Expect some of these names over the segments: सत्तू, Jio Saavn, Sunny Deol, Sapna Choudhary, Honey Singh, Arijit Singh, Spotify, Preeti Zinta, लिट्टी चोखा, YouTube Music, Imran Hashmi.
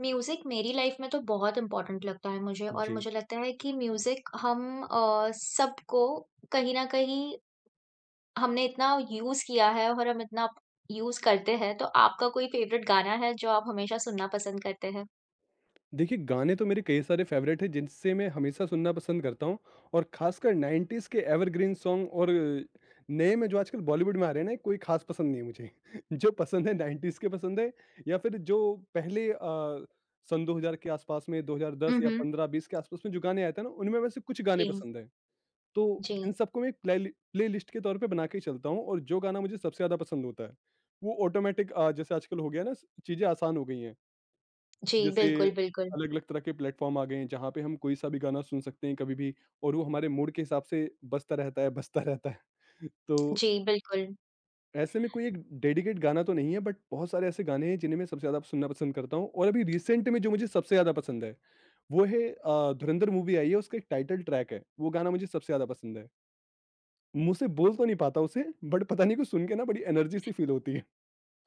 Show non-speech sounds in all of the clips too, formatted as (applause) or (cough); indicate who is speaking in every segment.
Speaker 1: Music मेरी life में तो बहुत important लगता है मुझे और
Speaker 2: जी।
Speaker 1: मुझे लगता है कि म्यूज़िक हम सबको कहीं न कहीं हमने इतना यूज़ किया है और हम इतना यूज़ करते हैं, तो आपका कोई फ़ेवरेट गाना है जो आप हमेशा सुनना पसंद करते हैं?
Speaker 2: देखिए, गाने तो मेरे कई सारे फ़ेवरेट हैं जिनसे मैं हमेशा सुनना पसंद करता हूँ, और ख़ासकर 90s के एवरग्रीन सॉन्ग, और नए में जो आजकल बॉलीवुड में आ रहे हैं ना, कोई ख़ास पसंद नहीं है मुझे। (laughs) जो पसंद है 90s के पसंद है, या फिर जो पहले सन 2000 के आसपास में, 2010
Speaker 1: हुँ,
Speaker 2: या
Speaker 1: हुँ।
Speaker 2: 15-20 के आसपास में जो गाने आए थे ना, उनमें वैसे कुछ गाने
Speaker 1: जी,
Speaker 2: पसंद हैं। तो इन
Speaker 1: जी,
Speaker 2: सबको मैं एक प्लेलिस्ट के तौर पे बना के ही चलता हूँ, और जो गाना मुझे सबसे ज़्यादा पसंद होता है, वो ऑटोमैटिक जैसे आजकल हो गया ना, स चीज़ें आसान हो गई हैं।
Speaker 1: जी,
Speaker 2: जैसे
Speaker 1: बिल्कुल, बिल्कुल।
Speaker 2: अलग-अलग तरह के प्लेटफ़ॉर्म आ गए हैं, जहाँ पे हम कोई सा भी गाना सुन सकते हैं कभी भी, और वो हमारे मूड के हिसाब से बजता रहता है, बजता रहता है। (laughs) तो
Speaker 1: जी, बिल्कुल।
Speaker 2: ऐसे में कोई एक डेडिकेट गाना तो नहीं है, बट बहुत सारे ऐसे गाने हैं जिन्हें मैं सबसे ज़्यादा सुनना पसंद करता हूँ, और अभी रिसेंट में जो मुझे सबसे ज़्यादा पसंद है, वो है धुरंधर मूवी आई है, उसका एक टाइटल ट्रैक है, वो गाना मुझे सबसे ज़्यादा पसंद है। मुँह से बोल तो नहीं पाता उसे, बट पता नहीं क्यों सुन के ना बड़ी एनर्जी सी फ़ील होती है।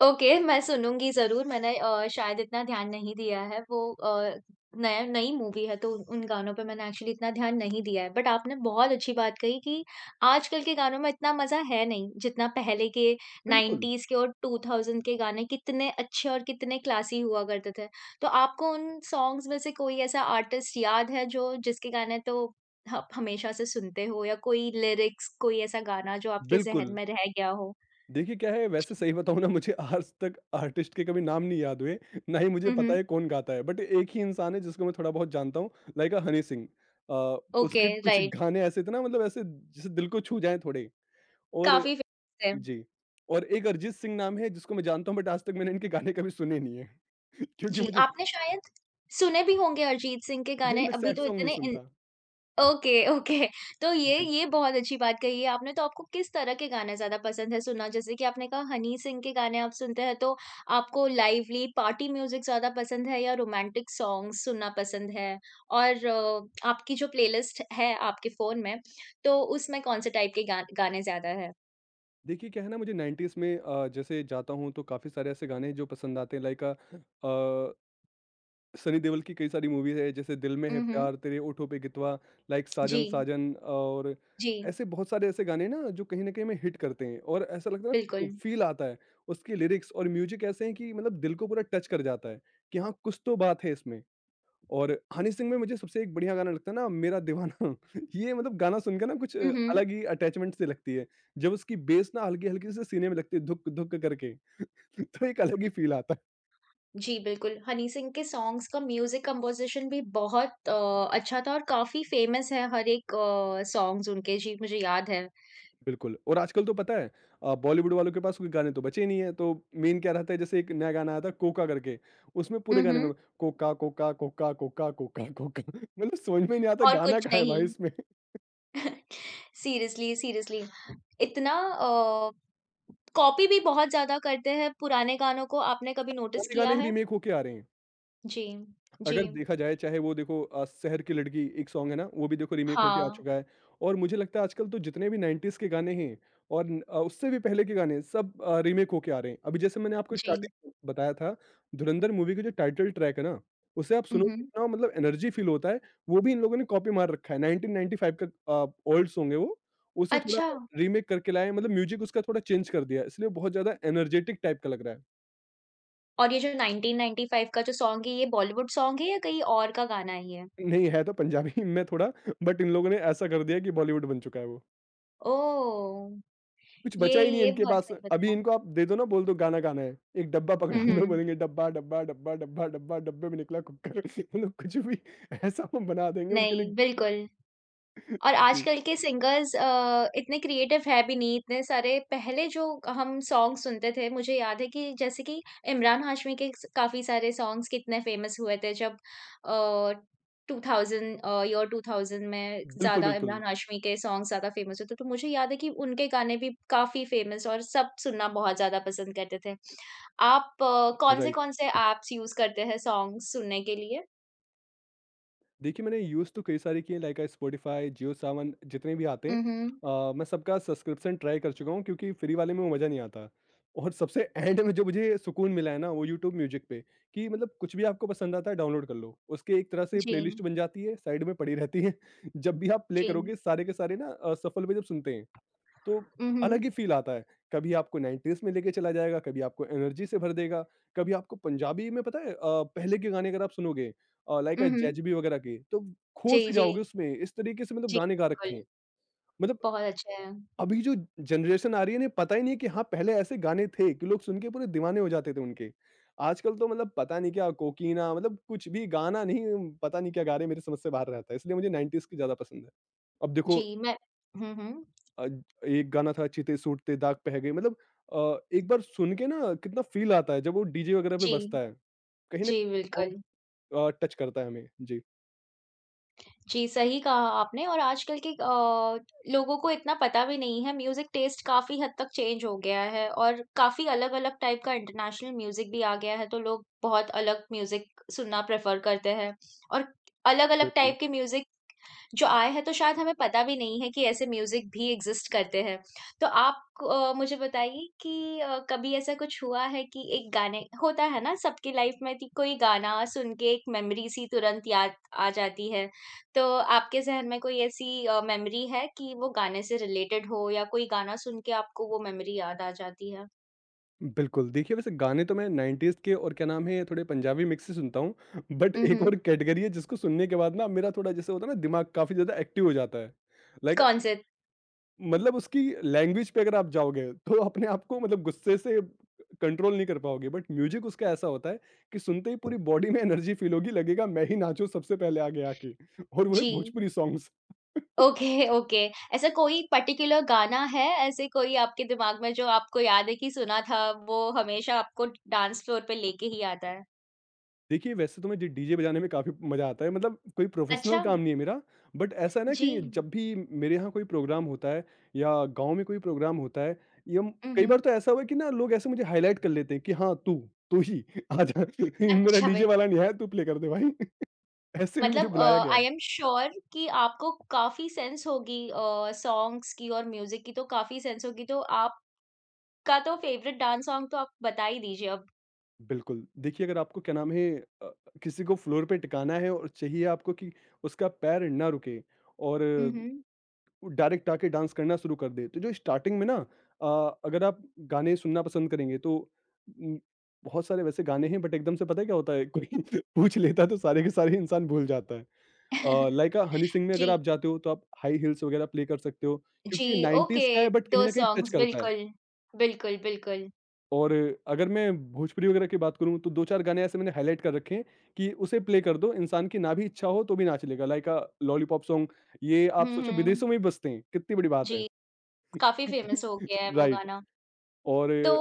Speaker 1: ओके, मैं सुनूँगी ज़रूर। मैंने शायद इतना ध्यान नहीं दिया है। नया नई मूवी है तो उन गानों पे मैंने एक्चुअली इतना ध्यान नहीं दिया है। बट आपने बहुत अच्छी बात कही कि आजकल के गानों में इतना मज़ा है नहीं, जितना पहले के
Speaker 2: बिल्कुल,
Speaker 1: 90s के और 2000 के गाने कितने अच्छे और कितने क्लासी हुआ करते थे। तो आपको उन सॉन्ग्स में से कोई ऐसा आर्टिस्ट याद है जो जिसके गाने तो आप हमेशा से सुनते हो या कोई लिरिक्स, कोई ऐसा गाना जो आपके ज़हन
Speaker 2: बिल्कुल।
Speaker 1: में रह गया हो?
Speaker 2: देखिए, क्या है, वैसे सही बताऊँ ना, मुझे आज तक आर्टिस्ट के कभी नाम नहीं याद हुए, ना ही मुझे
Speaker 1: हुँ,
Speaker 2: पता
Speaker 1: हुँ।
Speaker 2: है कौन गाता है। बट एक ही इंसान है जिसको मैं थोड़ा बहुत जानता हूँ, लाइक हनी सिंह।
Speaker 1: ओके,
Speaker 2: उसके कुछ
Speaker 1: राइट।
Speaker 2: गाने ऐसे थे ना, मतलब ऐसे जैसे दिल को छू जाएँ थोड़े। और
Speaker 1: काफ़ी फेमस है।
Speaker 2: जी, और एक अरिजीत सिंह नाम है जिसको मैं जानता हूँ, बट आज तक मैंने इनके गाने कभी सुने नहीं है। (laughs) क्योंकि
Speaker 1: जी,
Speaker 2: मुझे
Speaker 1: आपने शायद सुने भी होंगे अरिजीत सिंह के
Speaker 2: नहीं,
Speaker 1: गाने,
Speaker 2: मैं
Speaker 1: अभी
Speaker 2: सैड
Speaker 1: तो
Speaker 2: सॉन्ग नहीं
Speaker 1: इतने इन
Speaker 2: सुनता।
Speaker 1: Okay, okay. तो ये
Speaker 2: जी।
Speaker 1: ये बहुत अच्छी बात कही है आपने, तो आपको किस तरह के गाने ज़्यादा पसंद है सुनना? जैसे कि आपने कहा हनी सिंह के गाने आप सुनते हैं, तो आपको लाइवली पार्टी म्यूज़िक ज़्यादा पसंद है या रोमांटिक सॉन्ग्स सुनना पसंद है? और आपकी जो प्लेलिस्ट है आपके फ़ोन में, तो उसमें कौन से टाइप के गा गाने ज़्यादा है?
Speaker 2: देखिए, क्या है ना, मुझे 90s में जैसे जाता हूँ तो काफ़ी सारे ऐसे गाने हैं जो पसंद आते हैं, लाइक अ सनी देओल की कई सारी मूवीज है, जैसे दिल में है,
Speaker 1: हुँ, हुँ।
Speaker 2: प्यार तेरे होठों पे, गितवा, लाइक
Speaker 1: जी,
Speaker 2: साजन, साजन, और
Speaker 1: जी,
Speaker 2: ऐसे बहुत सारे ऐसे गाने ना जो कहीं ना कहीं में हिट करते हैं, और ऐसा लगता है ना,
Speaker 1: बिल्कुल।
Speaker 2: फील आता है, उसके लिरिक्स और म्यूजिक ऐसे हैं कि मतलब दिल को पूरा टच कर जाता है, कि हाँ, कुछ तो बात है इसमें। और हनी सिंह में मुझे सबसे एक बढ़िया गाना लगता है ना, मेरा दीवाना। (laughs) ये, मतलब गाना सुनकर ना कुछ
Speaker 1: हुँ, हुँ।
Speaker 2: अलग ही अटैचमेंट से लगती है। जब उसकी बेस ना हल्की हल्की से सीने में लगती है, धुक धुक करके, (laughs) तो एक अलग ही फील आता है।
Speaker 1: जी, बिल्कुल, हनी सिंह के सॉन्ग्स का म्यूज़िक कंपोज़िशन भी बहुत अच्छा था और काफ़ी फ़ेमस है हर एक सॉन्ग्स उनके जी, मुझे याद है।
Speaker 2: बिल्कुल, और आजकल तो पता है बॉलीवुड वालों के पास कोई गाने तो बचे ही नहीं है, तो मेन क्या रहता है, जैसे एक नया गाना आया था कोका करके, उसमें पूरे
Speaker 1: हुँ,
Speaker 2: गाने में
Speaker 1: हुँ,
Speaker 2: कोका, कोका, कोका, कोका, कोका, कोका, (laughs) मतलब समझ में नहीं आता
Speaker 1: और
Speaker 2: गाना
Speaker 1: कुछ
Speaker 2: कहाँ है भाई
Speaker 1: नहीं।
Speaker 2: इसमें? (laughs)
Speaker 1: सीरियसली, सीरियसली इतना कॉपी भी बहुत ज़्यादा करते हैं पुराने गानों को, आपने कभी नोटिस
Speaker 2: पुराने
Speaker 1: किया
Speaker 2: गाने ही
Speaker 1: है?
Speaker 2: रीमेक होके आ रहे हैं।
Speaker 1: जी, जी,
Speaker 2: अगर देखा जाए चाहे वो देखो शहर की लड़की एक सॉन्ग है ना, वो भी देखो रीमेक होके आ
Speaker 1: हाँ,
Speaker 2: चुका है। और मुझे लगता है आजकल तो जितने भी 90s के गाने हैं, और उससे भी पहले के गाने सब रीमेक होके आ रहे हैं। अभी जैसे मैंने आपको
Speaker 1: जी।
Speaker 2: स्टार्टिंग बताया था, धुरंधर मूवी का जो टाइटल ट्रैक है ना, उसे आप
Speaker 1: हुँ,
Speaker 2: सुनो तो
Speaker 1: हुँ।
Speaker 2: इतना मतलब एनर्जी फील होता है। वो भी इन लोगों ने कॉपी मार रखा है, 1995 का ओल्ड सॉन्ग है वो, उसे थोड़ा
Speaker 1: अच्छा,
Speaker 2: रीमेक करके लाए हैं, मतलब म्यूजिक उसका थोड़ा चेंज कर दिया है, इसलिए बहुत ज्यादा एनर्जेटिक टाइप का लग रहा है।
Speaker 1: और ये जो 1995 का जो सॉन्ग है, ये बॉलीवुड सॉन्ग है या कहीं और का गाना है ये?
Speaker 2: नहीं, है तो पंजाबी (laughs) में थोड़ा, बट इन लोगों ने ऐसा कर दिया कि बॉलीवुड बन चुका है वो।
Speaker 1: ओह!
Speaker 2: कुछ
Speaker 1: ये
Speaker 2: बचा ही नहीं है
Speaker 1: ये
Speaker 2: इनके
Speaker 1: बहुत
Speaker 2: पास।
Speaker 1: सही
Speaker 2: अभी
Speaker 1: बताया।
Speaker 2: इनको आप दे दो ना, बोल दो गाना गाना है, एक डब्बा पकड़ा
Speaker 1: हुँ,
Speaker 2: दो,
Speaker 1: हुँ।
Speaker 2: बोलेंगे डब्बा, डब्बा, डब्बा, डब्बा, डब्बा, डब्बे में निकला कुक्कर। (laughs) मतलब कुछ भी। (laughs) ऐसा वो बना देंगे उनके लिए।
Speaker 1: नहीं, बिल्कुल और
Speaker 2: जी।
Speaker 1: आजकल के सिंगर्स इतने क्रिएटिव है भी नहीं, इतने सारे पहले जो हम सॉन्ग सुनते थे, मुझे याद है कि जैसे कि इमरान हाशमी के स काफ़ी सारे सॉन्ग्स कितने फेमस हुए थे जब अ, ईयर 2000 में
Speaker 2: बिल्कुल,
Speaker 1: ज़्यादा
Speaker 2: बिल्कुल।
Speaker 1: इमरान हाशमी के सॉन्ग्स ज़्यादा फेमस होते, तो मुझे याद है कि उनके गाने भी काफ़ी फेमस और सब सुनना बहुत ज़्यादा पसंद करते थे। आप कौन
Speaker 2: राइट।
Speaker 1: से-कौन से ऐप्स यूज़ करते हैं सॉन्ग्स सुनने के लिए?
Speaker 2: देखिए, मैंने यूज़ तो कई सारे किए हैं, लाइक स्पॉटिफ़ाई, जियो सावन, जितने भी आते हैं।
Speaker 1: हुँ, हुँ।
Speaker 2: मैं सबका सब्सक्रिप्शन ट्राई कर चुका हूँ, क्योंकि फ्री वाले में वो मज़ा नहीं आता। और सबसे (laughs) एंड में जो मुझे सुकून मिला है ना, वो यूट्यूब म्यूज़िक पे, कि मतलब कुछ भी आपको पसंद आता है डाउनलोड कर लो। उसकी एक तरह से
Speaker 1: जी,
Speaker 2: प्लेलिस्ट बन जाती है, साइड में पड़ी रहती है। (laughs) जब भी आप प्ले
Speaker 1: जी।
Speaker 2: करोगे, सारे के सारे ना सफल में जब सुनते हैं तो
Speaker 1: हुँ, हुँ।
Speaker 2: अलग ही फ़ील आता है। कभी आपको 90s में लेके चला जाएगा, कभी आपको एनर्जी से भर देगा, कभी आपको पंजाबी में पता है, पहले के गाने अगर आप सुनोगे, लाइक
Speaker 1: हुँ, हुँ।
Speaker 2: जैज़बी वगैरह के, तो खो
Speaker 1: जी,
Speaker 2: से
Speaker 1: जी।
Speaker 2: जाओगे उसमें। इस तरीके से मतलब
Speaker 1: जी,
Speaker 2: गाने गा रखे
Speaker 1: बिल्कुल।
Speaker 2: हैं। मतलब
Speaker 1: बहुत अच्छा है।
Speaker 2: अभी जो जनरेशन आ रही है, इन्हें पता ही नहीं है कि हाँ, पहले ऐसे गाने थे कि लोग सुन के पूरे दीवाने हो जाते थे उनके। आजकल तो मतलब पता नहीं क्या कोकीना, मतलब कुछ भी गाना नहीं, पता नहीं क्या गा रहे हैं, मेरी समझ से बाहर रहता है। इसलिए मुझे 90s की ज़्यादा पसंद है। अब देखो
Speaker 1: जी, मैं हुँ, हुँ।
Speaker 2: अ, एक गाना था "चीते सूटते दाग पे है गई", मतलब एक बार सुन के ना कितना फ़ील आता है जब वो डीजे वगैरह पे
Speaker 1: जी,
Speaker 2: बजता है। कहीं न
Speaker 1: जी,
Speaker 2: बहुत
Speaker 1: बिल्कुल।
Speaker 2: टच करता है हमें। जी,
Speaker 1: जी, सही कहा आपने और आजकल के लोगों को इतना पता भी नहीं है, म्यूज़िक टेस्ट काफ़ी हद तक चेंज हो गया है और काफ़ी अलग-अलग टाइप का इंटरनेशनल म्यूज़िक भी आ गया है, तो लोग बहुत अलग म्यूज़िक सुनना प्रेफ़र करते हैं और अलग-अलग
Speaker 2: बिल्कुल।
Speaker 1: टाइप के म्यूज़िक जो आया है तो शायद हमें पता भी नहीं है कि ऐसे म्यूजिक भी एग्जिस्ट करते हैं तो आप मुझे बताइए कि कभी ऐसा कुछ हुआ है कि एक गाने होता है ना सबकी लाइफ में कि कोई गाना सुन के एक मेमोरी सी तुरंत याद आ जाती है तो आपके जहन में कोई ऐसी मेमोरी है कि वो गाने से रिलेटेड हो या कोई गाना सुन के आपको वो मेमोरी याद आ जाती है।
Speaker 2: बिल्कुल, देखिए, वैसे गाने तो मैं 90s के और, क्या नाम है, थोड़े पंजाबी मिक्स ही सुनता हूँ। बट एक
Speaker 1: हम्म।
Speaker 2: और कैटेगरी है जिसको सुनने के बाद ना मेरा थोड़ा जैसे होता है ना, दिमाग काफ़ी ज़्यादा एक्टिव हो जाता है। लाइक,
Speaker 1: कौन से
Speaker 2: मतलब उसकी लैंग्वेज पे अगर आप जाओगे तो अपने आप को मतलब गुस्से से कंट्रोल नहीं कर पाओगे, बट म्यूजिक उसका ऐसा होता है कि सुनते ही पूरी बॉडी में एनर्जी फील होगी, लगेगा मैं ही नाचूं सबसे पहले आगे आके, और वो है
Speaker 1: जी
Speaker 2: भोजपुरी सॉन्ग्स।
Speaker 1: Okay, okay. ऐसा कोई पर्टिकुलर गाना है, ऐसे कोई आपके दिमाग में जो आपको याद है कि सुना था, वो हमेशा आपको डांस फ्लोर पे लेके ही आता है?
Speaker 2: देखिए, वैसे तो मुझे डीजे बजाने में काफी मजा आता है, मतलब कोई प्रोफेशनल
Speaker 1: अच्छा,
Speaker 2: काम नहीं है मेरा। बट ऐसा है ना
Speaker 1: जी।
Speaker 2: कि जब भी मेरे यहाँ कोई प्रोग्राम होता है, या गांव में कोई प्रोग्राम होता है, या म-
Speaker 1: हुँ,
Speaker 2: कई बार
Speaker 1: हुँ।
Speaker 2: तो ऐसा हुआ है कि ना, लोग ऐसे मुझे हाईलाइट कर लेते हैं कि हाँ तू तू ही आ जा, (laughs) मेरा
Speaker 1: अच्छा
Speaker 2: डीजे
Speaker 1: बेटा,
Speaker 2: वाला नहीं है, तू प्ले कर दे भाई। ऐसे भी मुझे
Speaker 1: मतलब
Speaker 2: बुलाया गया है।
Speaker 1: आई एम श्योर कि आपको काफ़ी सेंस होगी सॉन्ग्स की और म्यूज़िक की तो काफ़ी सेंस होगी, तो आपका तो फ़ेवरेट डांस सॉन्ग तो आप बता ही दीजिए अब।
Speaker 2: बिल्कुल, देखिए, अगर आपको क्या नाम है, अ, किसी को फ्लोर पे टिकाना है और चाहिए आपको कि उसका पैर ना रुके और
Speaker 1: हुँ, हुँ।
Speaker 2: डायरेक्ट आके डांस करना शुरू कर दे, तो जो स्टार्टिंग में ना, अ, अगर आप गाने सुनना पसंद करेंगे तो उम, बहुत सारे वैसे गाने हैं, बट एकदम से पता है क्या होता है, कोई (laughs) पूछ लेता है तो सारे के सारे इंसान भूल जाता है।
Speaker 1: (laughs)
Speaker 2: लाइक हनी सिंह में
Speaker 1: जी,
Speaker 2: अगर आप जाते हो, तो आप हाई हील्स वगैरह प्ले कर सकते हो,
Speaker 1: जी,
Speaker 2: क्योंकि
Speaker 1: ओके,
Speaker 2: 90s का है बट कहीं
Speaker 1: 2
Speaker 2: न कहीं टच
Speaker 1: सॉन्ग्स
Speaker 2: करता है।
Speaker 1: बिल्कुल। बिल्कुल, बिल्कुल।
Speaker 2: और अगर मैं भोजपुरी वगैरह की बात करूँ, तो 2-4 गाने ऐसे मैंने हाइलाइट कर रखे हैं कि उसे प्ले कर दो, इंसान की ना भी इच्छा हो तो भी नाच लेगा। लाइक लॉलीपॉप सॉन्ग, ये आप
Speaker 1: हुँ,
Speaker 2: सोचो
Speaker 1: हुँ।
Speaker 2: विदेशों में भी बजते हैं, कितनी बड़ी बात है।
Speaker 1: जी। काफ़ी फ़ेमस हो
Speaker 2: (laughs)
Speaker 1: गया है वो
Speaker 2: राइट।
Speaker 1: गाना।
Speaker 2: और
Speaker 1: तो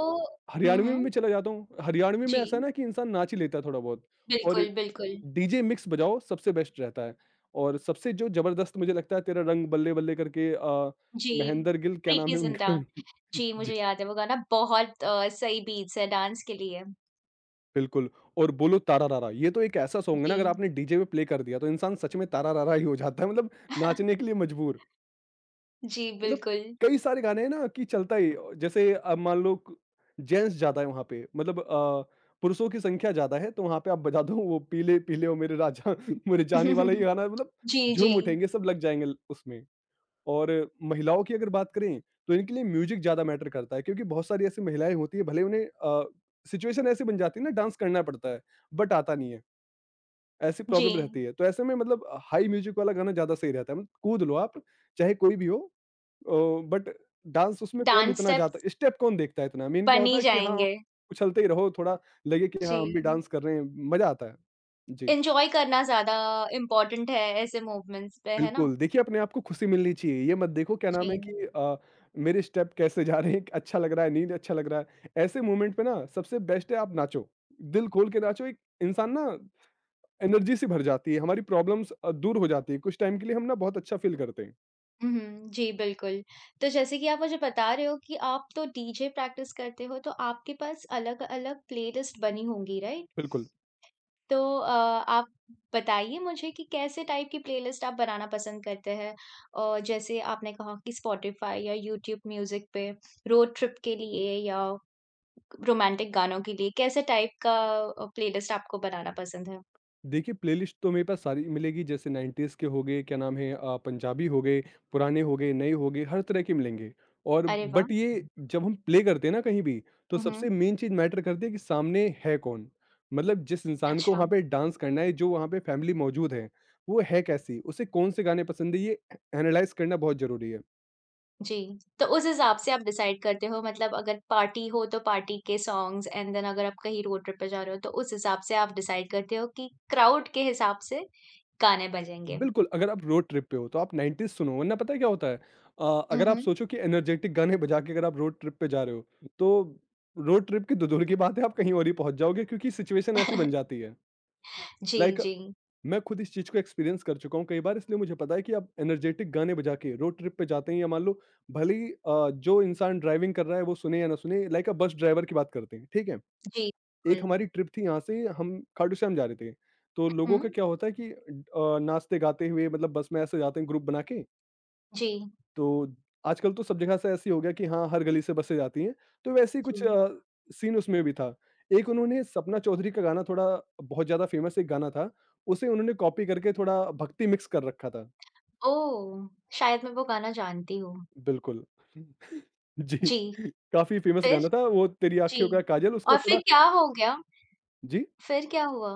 Speaker 1: हुँ,
Speaker 2: हरियाणवी में भी
Speaker 1: हुँ।
Speaker 2: चला जाता हूँ। हरियाणवी में
Speaker 1: जी,
Speaker 2: ऐसा है ना कि इंसान नाच ही लेता है थोड़ा बहुत, और
Speaker 1: बिल्कुल, बिल्कुल।
Speaker 2: डीजे मिक्स बजाओ सबसे बेस्ट रहता है। और सबसे जो ज़बरदस्त मुझे लगता है तेरा रंग बल्ले बल्ले करके,
Speaker 1: जी,
Speaker 2: महेंद्र गिल क्या नाम
Speaker 1: प्रीति
Speaker 2: है
Speaker 1: ज़िंटा।
Speaker 2: उनका?
Speaker 1: जी,
Speaker 2: (laughs)
Speaker 1: मुझे याद है वो गाना बहुत सही बीट्स है डांस के लिए।
Speaker 2: बिल्कुल। और बोलो तारा रारा, ये तो एक ऐसा सॉन्ग है ना, अगर
Speaker 1: जी,
Speaker 2: आपने डीजे पे प्ले कर दिया तो इंसान सच में तारा रारा ही हो जाता है, मतलब नाचने के लिए मजबूर।
Speaker 1: जी,
Speaker 2: मतलब
Speaker 1: बिल्कुल।
Speaker 2: कई सारे गाने हैं ना कि चलता ही, जैसे अब मान लो क जेंट्स ज़्यादा है वहाँ पे, मतलब पुरुषों की संख्या ज़्यादा है तो वहाँ पे आप बजा दो वो पीले पीले ओ मेरे राजा, (laughs) मेरे जानी वाला ये
Speaker 1: (laughs)
Speaker 2: गाना, मतलब
Speaker 1: जी, जी,
Speaker 2: झूम उठेंगे, सब लग जाएँगे ल उसमें। और महिलाओं की अगर बात करें तो इनके लिए म्यूजिक ज़्यादा मैटर करता है, क्योंकि बहुत सारी ऐसी महिलाएं होती है, भले उन्हें सिचुएशन ऐसी बन जाती है ना, डांस करना पड़ता है बट आता नहीं है, ऐसी
Speaker 1: जी।
Speaker 2: प्रॉब्लम रहती है। तो ऐसे में मतलब हाई म्यूजिक वाला गाना ज़्यादा सही रहता है, मतलब कूद लो आप, चाहे कोई भी हो। बट डांस उसमें कौन
Speaker 1: डांस
Speaker 2: इतना जाता,
Speaker 1: स्टेप्स
Speaker 2: स्टेप कौन देखता है, इतना मेन क्या
Speaker 1: बन
Speaker 2: होता
Speaker 1: ही
Speaker 2: है कि हाँ,
Speaker 1: जाएँगे।
Speaker 2: उछलते ही रहो थोड़ा, लगे कि हाँ हम भी
Speaker 1: जी,
Speaker 2: डांस कर रहे हैं, मजा आता है। जी।
Speaker 1: एन्जॉय करना ज़्यादा इम्पोर्टेंट है ऐसे मूवमेंट्स पे, है ना?
Speaker 2: बिल्कुल। देखिए, अपने आप को खुशी मिलनी चाहिए, ये मत देखो क्या
Speaker 1: जी।
Speaker 2: नाम है कि मेरे स्टेप कैसे जा रहे हैं, अच्छा लग रहा है, नहीं अच्छा लग रहा है। ऐसे मोमेंट पे ना सबसे बेस्ट है आप नाचो, दिल खोल के नाचो, एक इंसान ना एनर्जी से भर जाती है, हमारी प्रॉब्लम्स दूर हो जाती है, कुछ टाइम के लिए हम ना बहुत अच्छा फ़ील करते हैं।
Speaker 1: हुँ, हुँ। जी, बिल्कुल। तो जैसे कि आप मुझे बता रहे हो कि आप तो डीजे प्रैक्टिस करते हो, तो आपके पास अलग-अलग प्लेलिस्ट बनी होंगी, राइट?
Speaker 2: बिल्कुल।
Speaker 1: तो आप बताइए मुझे कि कैसे टाइप की प्लेलिस्ट आप बनाना पसंद करते हैं? और जैसे आपने कहा कि स्पॉटिफ़ाई या यूट्यूब म्यूज़िक पे रोड ट्रिप के लिए या रोमांटिक गानों के लिए, कैसे टाइप का प्लेलिस्ट आपको बनाना पसंद है?
Speaker 2: देखिए, प्लेलिस्ट तो मेरे पास सारी मिलेगी, जैसे 90s के हो गए, क्या नाम है पंजाबी हो गए, पुराने हो गए, नए हो गए, हर तरह के मिलेंगे। और
Speaker 1: अरे वाह!
Speaker 2: बट ये जब हम प्ले करते हैं ना कहीं भी, तो
Speaker 1: हुँ,
Speaker 2: सबसे
Speaker 1: हुँ।
Speaker 2: मेन चीज़ मैटर करती है कि सामने है कौन? मतलब जिस इंसान को
Speaker 1: अच्छा।
Speaker 2: वहाँ पे डांस करना है, जो वहाँ पे फैमिली मौजूद है, वो है कैसी? उसे कौन से गाने पसंद है, ये ए एनालाइज़ करना बहुत ज़रूरी है।
Speaker 1: जी, तो उस हिसाब से आप डिसाइड करते हो मतलब अगर पार्टी हो तो पार्टी के सॉन्ग्स एंड देन अगर आप कहीं रोड ट्रिप पे जा रहे हो तो उस हिसाब से आप डिसाइड करते हो कि क्राउड के हिसाब से गाने बजेंगे।
Speaker 2: बिल्कुल। अगर आप रोड ट्रिप पे हो तो आप 90s सुनो, वरना पता है क्या होता है?
Speaker 1: हुँ,
Speaker 2: अगर आप
Speaker 1: हुँ।
Speaker 2: सोचो कि एनर्जेटिक गाने बजा के अगर आप रोड ट्रिप पे जा रहे हो, तो रोड ट्रिप की तो दूर की बात है, आप कहीं और ही पहुँच जाओगे, क्योंकि सिचुएशन ऐसी बन जाती
Speaker 1: (laughs)
Speaker 2: है।
Speaker 1: जी,
Speaker 2: लाइक,
Speaker 1: जी,
Speaker 2: मैं खुद इस चीज़ को एक्सपीरियंस कर चुका हूँ कई बार, इसलिए मुझे पता है कि आप एनर्जेटिक गाने बजा के रोड ट्रिप पे जाते हैं, या मान लो भले ही जो इंसान ड्राइविंग कर रहा है वो सुने या ना सुने, लाइक बस ड्राइवर की बात करते हैं, ठीक है?
Speaker 1: जी,
Speaker 2: एक
Speaker 1: बिल्कुल।
Speaker 2: हमारी ट्रिप थी, यहाँ से हम खाटू श्याम जा रहे थे। तो
Speaker 1: हुँ,
Speaker 2: लोगों का
Speaker 1: हुँ।
Speaker 2: क्या होता है कि नाचते गाते हुए मतलब बस में ऐसे जाते हैं, ग्रुप बना के।
Speaker 1: जी,
Speaker 2: तो आजकल तो सब जगह से ऐसे ही हो गया कि हाँ, हर गली से बसें जाती हैं। तो वैसे ही
Speaker 1: जी।
Speaker 2: कुछ सीन उसमें भी था। एक उन्होंने सपना चौधरी का गाना थोड़ा, बहुत ज़्यादा फ़ेमस एक गाना था, उसे उन्होंने कॉपी करके थोड़ा भक्ति मिक्स कर रखा था।
Speaker 1: ओह! शायद मैं वो गाना जानती हूँ।
Speaker 2: बिल्कुल। (laughs) जी।
Speaker 1: जी,
Speaker 2: (laughs) काफ़ी फ़ेमस
Speaker 1: फिर?
Speaker 2: गाना था वो, तेरी
Speaker 1: जी।
Speaker 2: आँखियों का काजल उसका
Speaker 1: और
Speaker 2: थोड़ा।
Speaker 1: फिर क्या हो गया?
Speaker 2: जी?
Speaker 1: फिर क्या हुआ?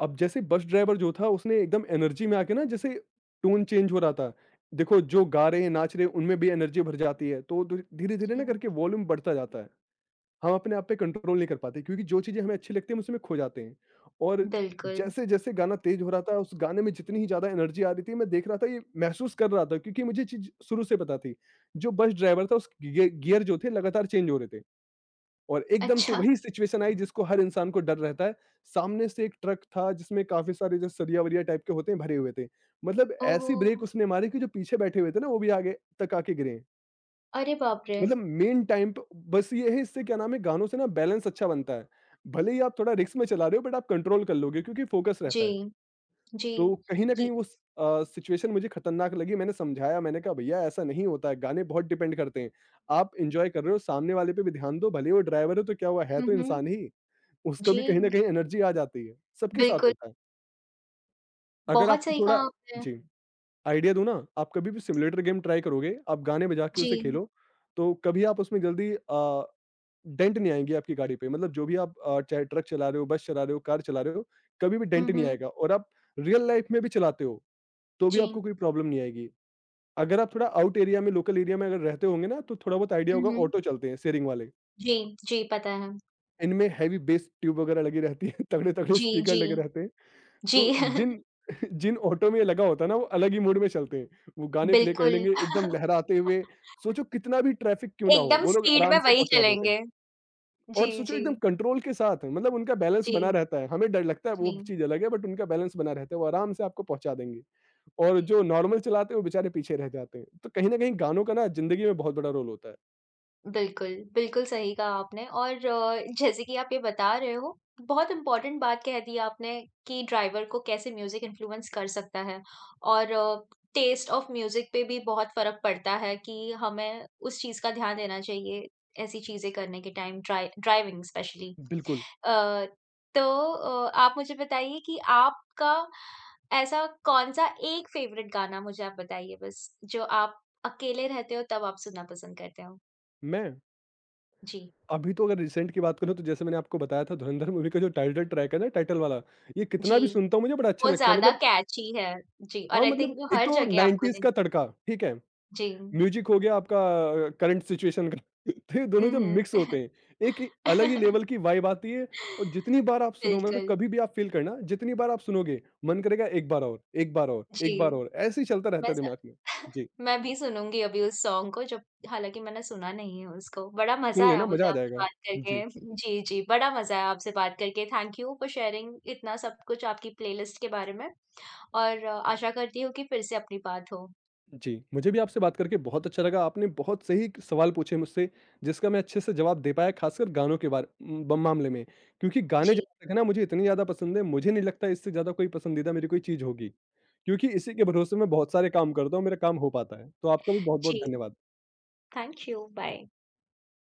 Speaker 2: अब जैसे बस ड्राइवर जो था, उसने एकदम एनर्जी में आके ना, जैसे टोन चेंज हो रहा था। देखो, जो गा रहे हैं, नाच रहे हैं, उनमें भी एनर्जी भर जाती है, तो धीरे-धीरे
Speaker 1: जी,
Speaker 2: ना करके वॉल्यूम बढ़ता जाता है। हम अपने आप पे कंट्रोल नहीं कर पाते, क्योंकि जो चीज़ें हमें अच्छी लगती है, हम उसमें खो जाते हैं। और
Speaker 1: बिल्कुल।
Speaker 2: जैसे-जैसे गाना तेज हो रहा था, उस गाने में जितनी ही ज़्यादा एनर्जी आ रही थी, मैं देख रहा था, ये महसूस कर रहा था, क्योंकि मुझे चीज़ शुरू से पता थी। जो बस ड्राइवर था, उसके गियर जो थे, लगातार चेंज हो रहे थे। और एकदम से
Speaker 1: अच्छा,
Speaker 2: वही सिचुएशन आई, जिसको हर इंसान को डर रहता है। सामने से एक ट्रक था, जिसमें काफ़ी सारे जो सरिया-वरिया टाइप के होते हैं, भरे हुए थे। मतलब
Speaker 1: ओहो!
Speaker 2: ऐसी ब्रेक उसने मारी कि जो पीछे बैठे हुए थे ना, वो भी आगे तक आके गिरे।
Speaker 1: अरे बाप रे!
Speaker 2: मतलब मेन टाइम प बस ये है, इससे क्या नाम है, गानों से ना बैलेंस अच्छा बनता है। भले ही आप थोड़ा रिस्क में चला रहे हो, बट आप कंट्रोल कर लोगे, क्योंकि फोकस रहता है।
Speaker 1: जी, जी।
Speaker 2: तो कहीं न
Speaker 1: ये
Speaker 2: कहीं वो सिचुएशन मुझे खतरनाक लगी। मैंने समझाया, मैंने कहा, "भैया, ऐसा नहीं होता है, गाने बहुत डिपेंड करते हैं। आप एन्जॉय कर रहे हो, सामने वाले पे भी ध्यान दो, भले ही वो ड्राइवर है तो क्या हुआ, है
Speaker 1: हुँ,
Speaker 2: तो
Speaker 1: हुँ।
Speaker 2: इंसान ही। उसको
Speaker 1: जी,
Speaker 2: भी कहीं न कहीं एनर्जी आ जाती है, सबके साथ
Speaker 1: बिल्कुल,
Speaker 2: होता है।" अगर
Speaker 1: बहुत
Speaker 2: आपको
Speaker 1: सही कहा
Speaker 2: थोड़ा,
Speaker 1: आपने।
Speaker 2: जी, आइडिया दूँ ना, आप कभी भी सिम्युलेटर गेम ट्राई करोगे, आप गाने बजा के
Speaker 1: जी।
Speaker 2: उसे खेलो, तो कभी आप उसमें जल्दी डेंट नहीं आएँगे आपकी गाड़ी पे। मतलब जो भी आप चाहे ट्रक चला रहे हो, बस चला रहे हो, कार चला रहे हो, कभी भी डेंट
Speaker 1: हुँ,
Speaker 2: नहीं
Speaker 1: हुँ।
Speaker 2: आएगा, और आप रियल लाइफ में भी चलाते हो तो भी
Speaker 1: जी।
Speaker 2: आपको कोई प्रॉब्लम नहीं आएगी। अगर आप थोड़ा आउट एरिया में, लोकल एरिया में अगर रहते होंगे ना, तो थोड़ा बहुत आइडिया
Speaker 1: हुँ,
Speaker 2: होगा,
Speaker 1: हुँ।
Speaker 2: ऑटो चलते हैं शेयरिंग वाले।
Speaker 1: जी, जी, पता है।
Speaker 2: इनमें हेवी बेस ट्यूब वगैरह लगी रहती है, (laughs) तगड़े-तगड़े
Speaker 1: जी,
Speaker 2: स्पीकर
Speaker 1: जी,
Speaker 2: लगे रहते हैं।
Speaker 1: जी।
Speaker 2: तो
Speaker 1: (laughs)
Speaker 2: जिन (laughs) जिन ऑटो में ये लगा होता है ना, वो अलग ही मूड में चलते हैं। वो गाने प्ले कर
Speaker 1: बिल्कुल,
Speaker 2: लेंगे एकदम लहराते हुए, सोचो कितना भी ट्रैफिक क्यों ना हो,
Speaker 1: एकदम
Speaker 2: वो लोग
Speaker 1: स्पीड
Speaker 2: आराम
Speaker 1: में
Speaker 2: से
Speaker 1: वही
Speaker 2: पहुँचा देते हैं।
Speaker 1: चलेंगे।
Speaker 2: और
Speaker 1: जी,
Speaker 2: सोचो
Speaker 1: जी,
Speaker 2: एकदम कंट्रोल के साथ, मतलब उनका बैलेंस बना
Speaker 1: जी,
Speaker 2: रहता है, हमें डर लगता है वो
Speaker 1: जी।
Speaker 2: चीज़ अलग है, बट उनका बैलेंस बना रहता है, वो आराम से आपको पहुँचा देंगे। और जो नॉर्मल चलाते हैं वो बेचारे पीछे रह जाते हैं। तो कहीं न कहीं गानों का ना ज़िंदगी में बहुत बड़ा रोल होता है।
Speaker 1: बिल्कुल, बिल्कुल सही कहा आपने और जैसे कि आप ये बता रहे हो, बहुत इम्पोर्टेंट बात कह दी आपने कि ड्राइवर को कैसे म्यूज़िक इन्फ्लुएंस कर सकता है और टेस्ट ऑफ म्यूज़िक पे भी बहुत फ़र्क पड़ता है कि हमें उस चीज़ का ध्यान देना चाहिए, ऐसी चीज़ें करने के टाइम ड्राइविंग स्पेशली।
Speaker 2: बिल्कुल।
Speaker 1: अ, तो आप मुझे बताइए कि आपका ऐसा कौन-सा एक फ़ेवरेट गाना मुझे आप बताइए बस, जो आप अकेले रहते हो तब आप सुनना पसंद करते हो?
Speaker 2: मैं
Speaker 1: जी।
Speaker 2: अभी तो, अगर रिसेंट की बात करूँ तो, जैसे मैंने आपको बताया था, धुरंधर मूवी का जो टाइटल ट्रैक है ना, टाइटल वाला, ये
Speaker 1: जी,
Speaker 2: कितना भी सुनता हूँ मुझे बड़ा अच्छा
Speaker 1: वो
Speaker 2: लगता है,
Speaker 1: ज़्यादा
Speaker 2: मतलब
Speaker 1: कैची है। जी और
Speaker 2: हाँ,
Speaker 1: आई थिंक
Speaker 2: मतलब
Speaker 1: वो
Speaker 2: एक
Speaker 1: हर
Speaker 2: तो
Speaker 1: जगह आपको
Speaker 2: 90s
Speaker 1: दे
Speaker 2: का तड़का, ठीक है?
Speaker 1: जी।
Speaker 2: म्यूजिक हो गया आपका करंट सिचुएशन का। (laughs) तो ये दोनों
Speaker 1: हुँ,
Speaker 2: जब
Speaker 1: हुँ।
Speaker 2: मिक्स होते हैं, एक ही- अलग ही लेवल की
Speaker 1: (laughs)
Speaker 2: वाइब आती है, और जितनी बार आप सुनो, मतलब
Speaker 1: बिल्कुल,
Speaker 2: कभी भी आप फील करना, जितनी बार आप सुनोगे मन करेगा एक बार और, एक बार और,
Speaker 1: जी।
Speaker 2: एक बार और, ऐसे ही चलता रहता
Speaker 1: मैं
Speaker 2: है
Speaker 1: ज़
Speaker 2: दिमाग में।
Speaker 1: (laughs)
Speaker 2: जी,
Speaker 1: मैं भी सुनूँगी अभी उस सॉन्ग को जब हालाँकि मैंने सुना नहीं है उसको। बड़ा
Speaker 2: सुन
Speaker 1: मज़ा आया
Speaker 2: लेना,
Speaker 1: मुझे
Speaker 2: मजा आ
Speaker 1: आपसे
Speaker 2: जाएगा।
Speaker 1: बात करके।
Speaker 2: जी।
Speaker 1: (laughs) जी, जी, बड़ा मज़ा आया आपसे बात करके। थैंक यू फॉर शेयरिंग इतना सब कुछ आपकी प्लेलिस्ट के बारे में और आशा करती हूँ कि फिर से अपनी बात हो।
Speaker 2: जी, मुझे भी आपसे बात करके बहुत अच्छा लगा। आपने बहुत सही क सवाल पूछे मुझसे, जिसका मैं अच्छे से जवाब दे पाया, खासकर गानों के बार ब मामले में। क्योंकि गाने
Speaker 1: जी,
Speaker 2: जहाँ तक है ना मुझे इतने ज़्यादा पसंद है, मुझे नहीं लगता इससे ज़्यादा कोई पसंदीदा मेरी कोई चीज़ होगी। क्योंकि इसी के भरोसे मैं बहुत सारे काम करता हूँ, मेरा काम हो पाता है। तो आपका भी बहुत-बहुत
Speaker 1: जी।
Speaker 2: धन्यवाद।
Speaker 1: Thank you, bye.